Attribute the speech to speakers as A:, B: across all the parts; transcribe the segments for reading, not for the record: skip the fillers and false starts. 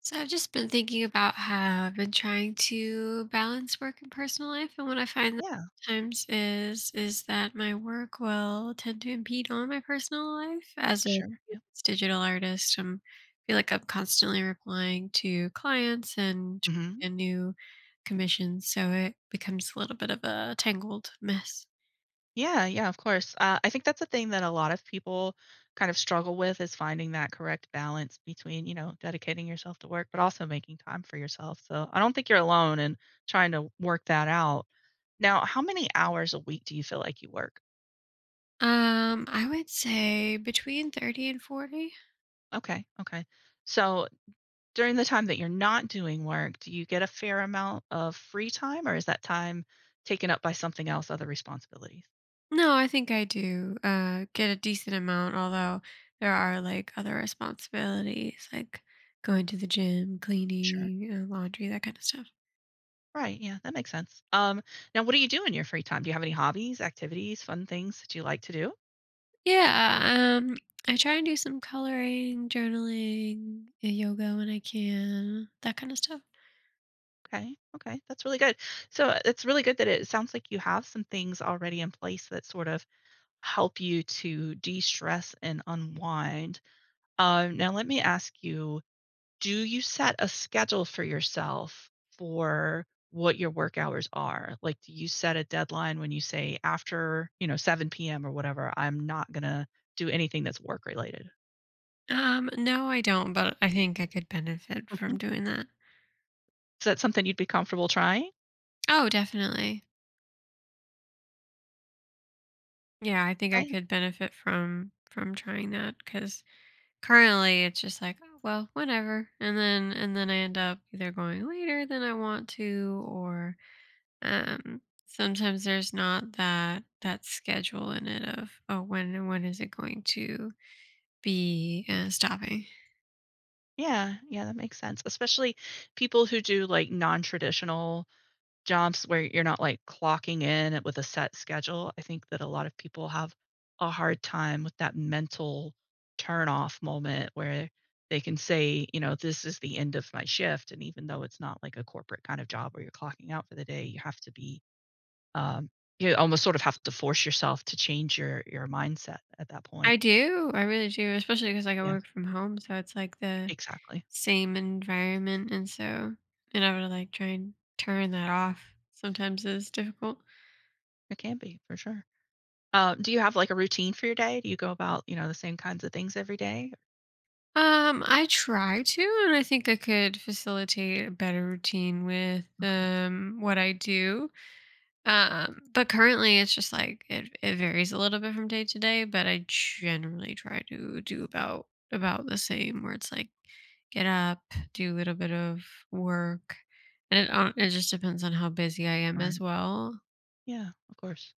A: So I've just been thinking about how I've been trying to balance work and personal life, and what I find that
B: Yeah,
A: times is is that my work will tend to impede on my personal life. As a
B: sure. Yeah.
A: freelance digital artist, I feel like I'm constantly replying to clients and
B: Mhm.
A: trying new commissions, so it becomes a little bit of a tangled mess.
B: Yeah, yeah, of course. I think that's a thing that a lot of people kind of struggle with is finding that correct balance between, dedicating yourself to work, but also making time for yourself. So I don't think you're alone in trying to work that out. Now, how many hours a week do you feel like you work?
A: I would say between 30 and 40.
B: Okay, okay. So during the time that you're not doing work, do you get a fair amount of free time or is that time taken up by something else, other responsibilities?
A: No, I think I do get a decent amount, although there are like other responsibilities like going to the gym,
B: Sure.
A: cleaning, laundry, that kind of stuff.
B: Right, yeah, that makes sense. Now what do you do in your free time? Do you have any hobbies, activities, fun things that you like to do?
A: Yeah, um, I try and do some coloring, journaling, yoga when I can, that kind of stuff.
B: Okay, okay, that's really good. So it's really good that it sounds like you have some things already in place that sort of help you to de-stress and unwind. Now let me ask you, do you set a schedule for yourself for what your work hours are? Like, do you set a deadline when you say after, 7 p.m. or whatever, I'm not gonna do anything that's work related?
A: No, I don't, but I think I could benefit from doing that.
B: Is that something you'd be comfortable trying?
A: Oh, definitely. Yeah, I think I
B: I
A: could benefit from trying that because currently, it's just like, "Oh, well, whenever," and then I end up either going later than I want to, or, um, sometimes there's not that schedule in it of, "Oh, when and when is it going to be, stopping?"
B: Yeah, yeah, that makes sense, especially people who do, like, non-traditional jobs where you're not, like, clocking in with a set schedule. I think that a lot of people have a hard time with that mental turn-off moment where they can say, "This is the end of my shift," and even though it's not like a corporate kind of job where you're clocking out for the day, um you almost sort of have to force yourself to change your mindset at that
A: I
B: point.
A: do, I really do, especially because like, I
B: Yeah,
A: work from home, so it's like the
B: exactly.
A: same environment, and so being able to like try and turn that off sometimes is difficult.
B: It can be, for sure. Do you have, like, a routine for your day? Do you go about, the same kinds of things every day?
A: I try to, and I think I could facilitate a better routine with
B: Okay.
A: what I do. But currently it's just like it varies a little bit from day to day, but I generally try to do about the same where it's like get up, do a little bit of work, and it just depends on how busy I am
B: All
A: as
B: right.
A: well.
B: Yeah, of course.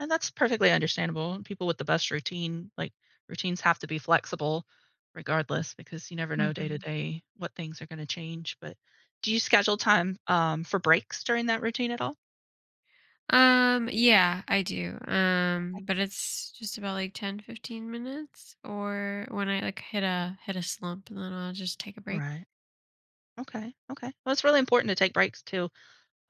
B: And that's perfectly understandable. People with the best routine, like, routines have to be flexible regardless because you never know day to
A: Mhm.
B: day what things are gonna change, but do you schedule time, for breaks during that routine at all?
A: Yeah, I do.
B: Okay.
A: But it's just about like 10, 15 minutes, or when I like hit a slump and then I'll just take a break.
B: Right. Okay, okay. Well, it's really important to take breaks too,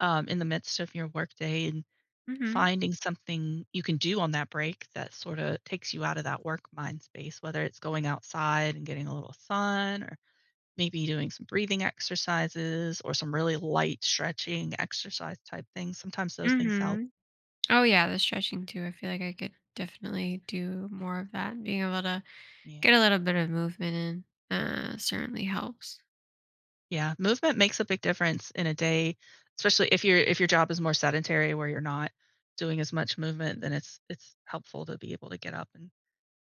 B: in the midst of your workday and
A: Mhm.
B: finding something you can do on that break that sorta takes you out of that work mind space, whether it's going outside and getting a little sun or maybe doing some breathing exercises or some really light stretching exercise type things. Sometimes those things help.
A: Mhm. Oh yeah, the stretching too. I feel like I could definitely do more of that. Being able to
B: Yeah.
A: get a little bit of movement in certainly helps.
B: Yeah, movement makes a big difference in a day, especially if your job is more sedentary where you're not doing as much movement, then it's helpful to be able to get up and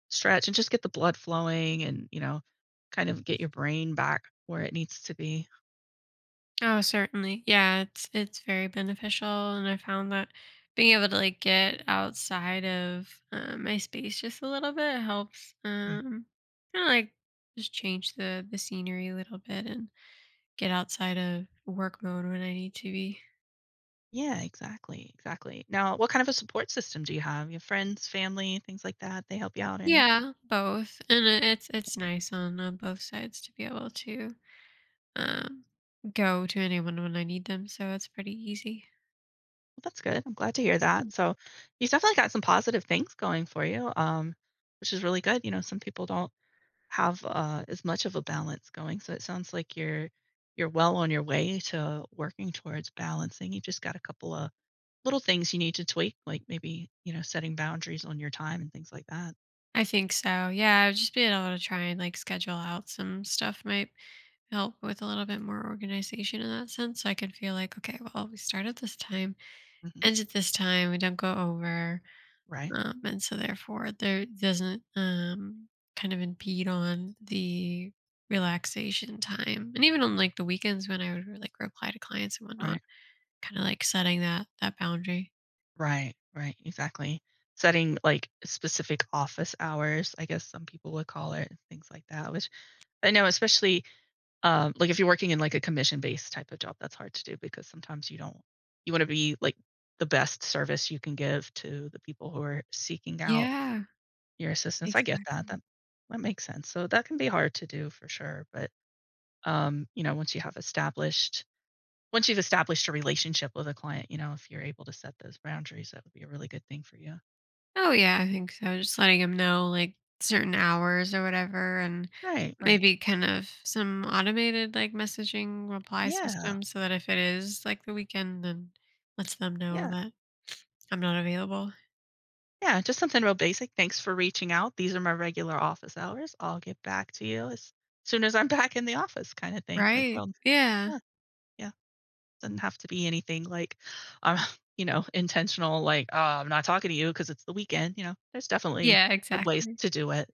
B: stretch and just get the blood flowing and kind of get your brain back where it needs to be.
A: Oh, certainly. Yeah, it's very beneficial, and I found that being able to like get outside of my space just a little bit helps.
B: Mm.
A: Kind of like just change the scenery a little bit and get outside of work mode when I need to be.
B: Yeah, exactly, exactly. Now, what kind of a support system do you have? You have friends, family, things like that? They help you out any?
A: Yeah, both, and it's nice on both sides to be able to um go to anyone when I need them. So it's pretty easy.
B: Well, that's good. I'm glad to hear that.
A: Mm.
B: So, you definitely got some positive things going for you, which is really good. You know, some people don't have as much of a balance going. So it sounds like you're well on your way to working towards balancing. You just got a couple of little things you need to tweak, like maybe setting boundaries on your time and things like that.
A: I think so. Yeah, I've just been able to try and like schedule out some stuff might help with a little bit more organization in that sense. So I could feel like, okay, well, we start at this time,
B: Hmm.
A: end at this time, we don't go over.
B: Right.
A: And so therefore there doesn't kind of impede on the relaxation time. And even on like the weekends when I would like reply to clients and whatnot,
B: Right.
A: kind of like setting that boundary.
B: Right, right, exactly. Setting, like, specific office hours, I guess some people would call it, things like that, which I know especially, like, if you're working in, like, a commission-based type of job, that's hard to do because sometimes you don't, you wanna be, like, the best service you can give to the people who are seeking out
A: Yeah,
B: your assistance. I get that, that
A: exactly.
B: that makes sense. So that can be hard to do for sure, but, um, you know, once you have established once you've established a relationship with a client, if you're able to set those boundaries, that would be a really good thing for you.
A: Oh yeah, I think so. Just letting them know like certain hours or whatever, and
B: Right, right.
A: maybe kind of some automated like messaging reply
B: Yeah,
A: system so that if it is like the weekend, then lets them know
B: yeah,
A: that I'm not available.
B: yeah, just something real basic, "Thanks for reaching out. These are my regular office hours. I'll get back to you as soon as I'm back in the office," kinda thing, like,
A: Right.
B: well,
A: Yeah.
B: yeah, yeah, doesn't have to be anything like, um, intentional, like, "Oh, I'm not talking to you because it's the weekend," you know? There's definitely
A: Yeah,
B: good ways
A: exactly.
B: to do it.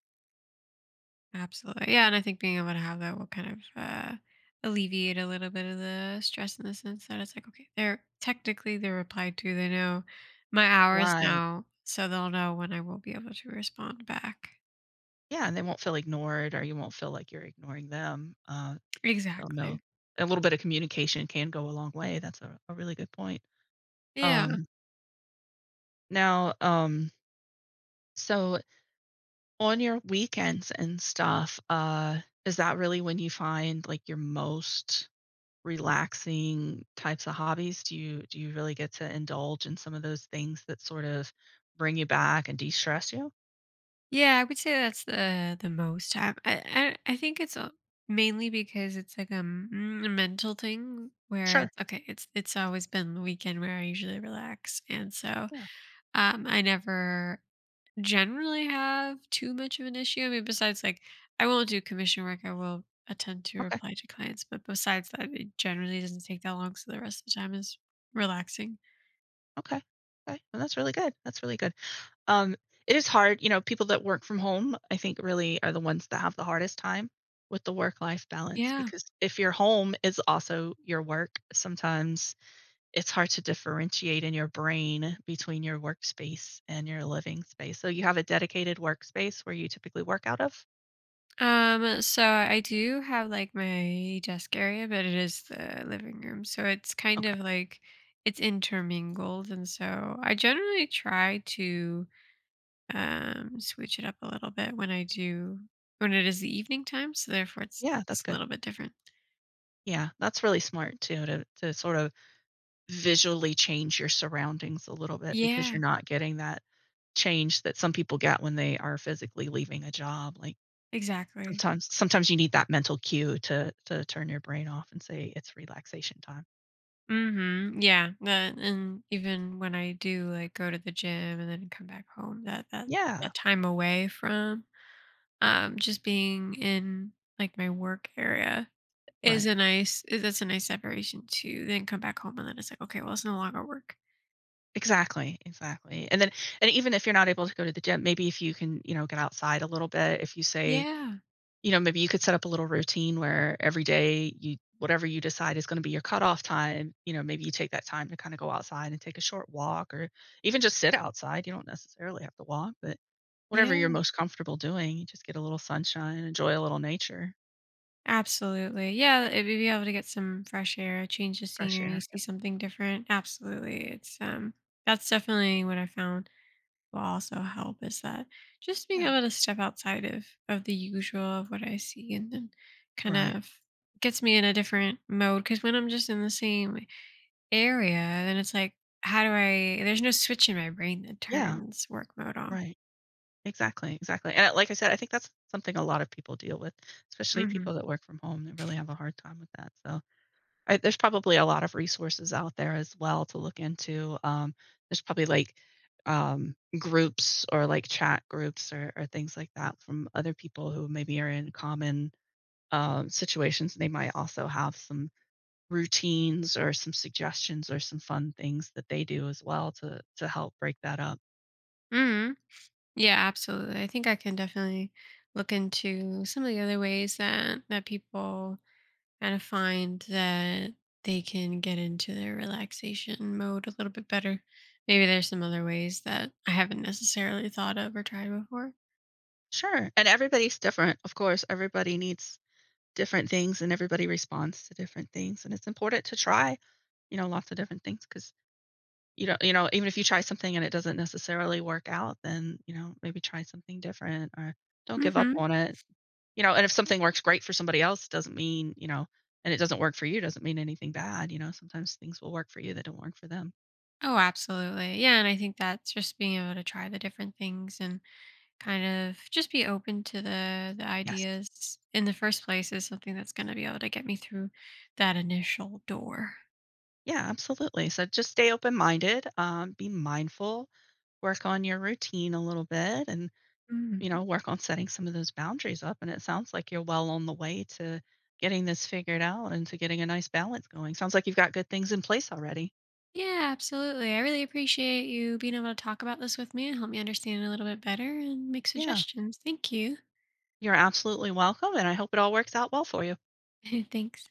A: Absolutely. Yeah, and I think being able to have that will kind of alleviate a little bit of the stress in the sense that it's like, okay, they're technically they're replied to. They know my hours
B: Right.
A: now, so they'll know when I will be able to respond back.
B: Yeah, and they won't feel ignored or you won't feel like you're ignoring them. They'll know
A: Exactly.
B: a little bit of communication can go a long way, that's a really good point.
A: Yeah.
B: Um, now, um So on your weekends and stuff, is that really when you find like your most relaxing types of hobbies? Do you really get to indulge in some of those things that sort of bring you back and de-stress you?
A: Yeah, I would say that's the most time. I think it's mainly because it's like a mental thing where
B: Sure.
A: it's okay. It's always been the weekend where I usually relax, and so
B: Yeah.
A: I never generally have too much of an issue. I mean, besides like I won't do commission work, I will attempt to
B: Okay.
A: reply to clients, but besides that, it generally doesn't take that long, so the rest of the time is relaxing.
B: Okay. Okay. Well, that's really good. That's really good. Um, it is hard, you know, people that work from home, I think really are the ones that have the hardest time with the work-life balance
A: Yeah.
B: because if your home is also your work, sometimes it's hard to differentiate in your brain between your workspace and your living space. So you have a dedicated workspace where you typically work out of?
A: So I do have like my desk area, but it is the living room. So it's kind
B: Okay.
A: of like it's intermingled. And so I generally try to switch it up a little bit when I do when it is the evening time. So therefore it
B: Yeah, that's
A: looks a
B: good.
A: little bit different.
B: Yeah, that's really smart too, to sort of visually change your surroundings a little bit because
A: Yeah.
B: you're not getting that change that some people get when they are physically leaving a job. Like
A: Exactly.
B: sometimes you need that mental cue to turn your brain off and say it's relaxation time.
A: Mhm. Yeah, that, and even when I do like go to the gym and then come back home, that that
B: Yeah,
A: that time away from, just being in like my work area is
B: right.
A: a nice is that's a nice separation too, then come back home and then it's like, "Okay, well, it's no longer work."
B: Exactly, exactly, and even if you're not able to go to the gym, maybe if you can, get outside a little bit, if you say,
A: Yeah.
B: maybe you could set up a little routine where every day you whatever you decide is gonna be your cutoff time, maybe you take that time to kinda go outside and take a short walk or even just sit outside, you don't necessarily have to walk, but whatever you're
A: Yeah.
B: most comfortable doing, you just get a little sunshine, enjoy a little nature,
A: Absolutely. Yeah, it be able to get some fresh air, change the
B: fresh
A: scenery,
B: air.
A: see
B: Yep,
A: something different. Absolutely. It's, that's definitely what I found will also help, is that just being
B: yeah,
A: able to step outside of the usual of what I see and then kind
B: right.
A: of gets me in a different mode, because when I'm just in the same area then it's like how do I, there's no switch in my brain that
B: Yeah,
A: turns work mode off.
B: right. Exactly, exactly, and like I said, I think that's something a lot of people deal with, especially
A: Mhm.
B: people that work from home, they really have a hard time with that, so, I there's probably a lot of resources out there as well to look into, there's probably, like, groups or, like, chat groups or things like that from other people who maybe are in common, situations, they might also have some routines or some suggestions or some fun things that they do as well to help break that up.
A: Mhm. Yeah, absolutely. I think I can definitely look into some of the other ways that that people kind of find that they can get into their relaxation mode a little bit better. Maybe there's some other ways that I haven't necessarily thought of or tried before.
B: Sure, and everybody's different, of course, everybody needs different things and everybody responds to different things and it's important to try, lots of different things because you don't, even if you try something and it doesn't necessarily work out, then, maybe try something different or don't give up
A: Hmm.
B: on it. And if something works great for somebody else doesn't mean, and it doesn't work for you doesn't mean anything bad. Sometimes things will work for you that don't work for them.
A: Oh, absolutely. Yeah. And I think that's just being able to try the different things and kind of just be open to the
B: Yes.
A: ideas in the first place is something that's going to be able to get me through that initial door.
B: Yeah, absolutely. So just stay open minded, be mindful, work on your routine a little bit and you
A: Mhm.
B: know, work on setting some of those boundaries up. And it sounds like you're well on the way to getting this figured out and to getting a nice balance going. Sounds like you've got good things in place already.
A: Yeah, absolutely. I really appreciate you being able to talk about this with me and help me understand it a little bit better and make
B: Yeah,
A: suggestions. Thank you.
B: you're absolutely welcome. And I hope it all works out well for you.
A: Thanks.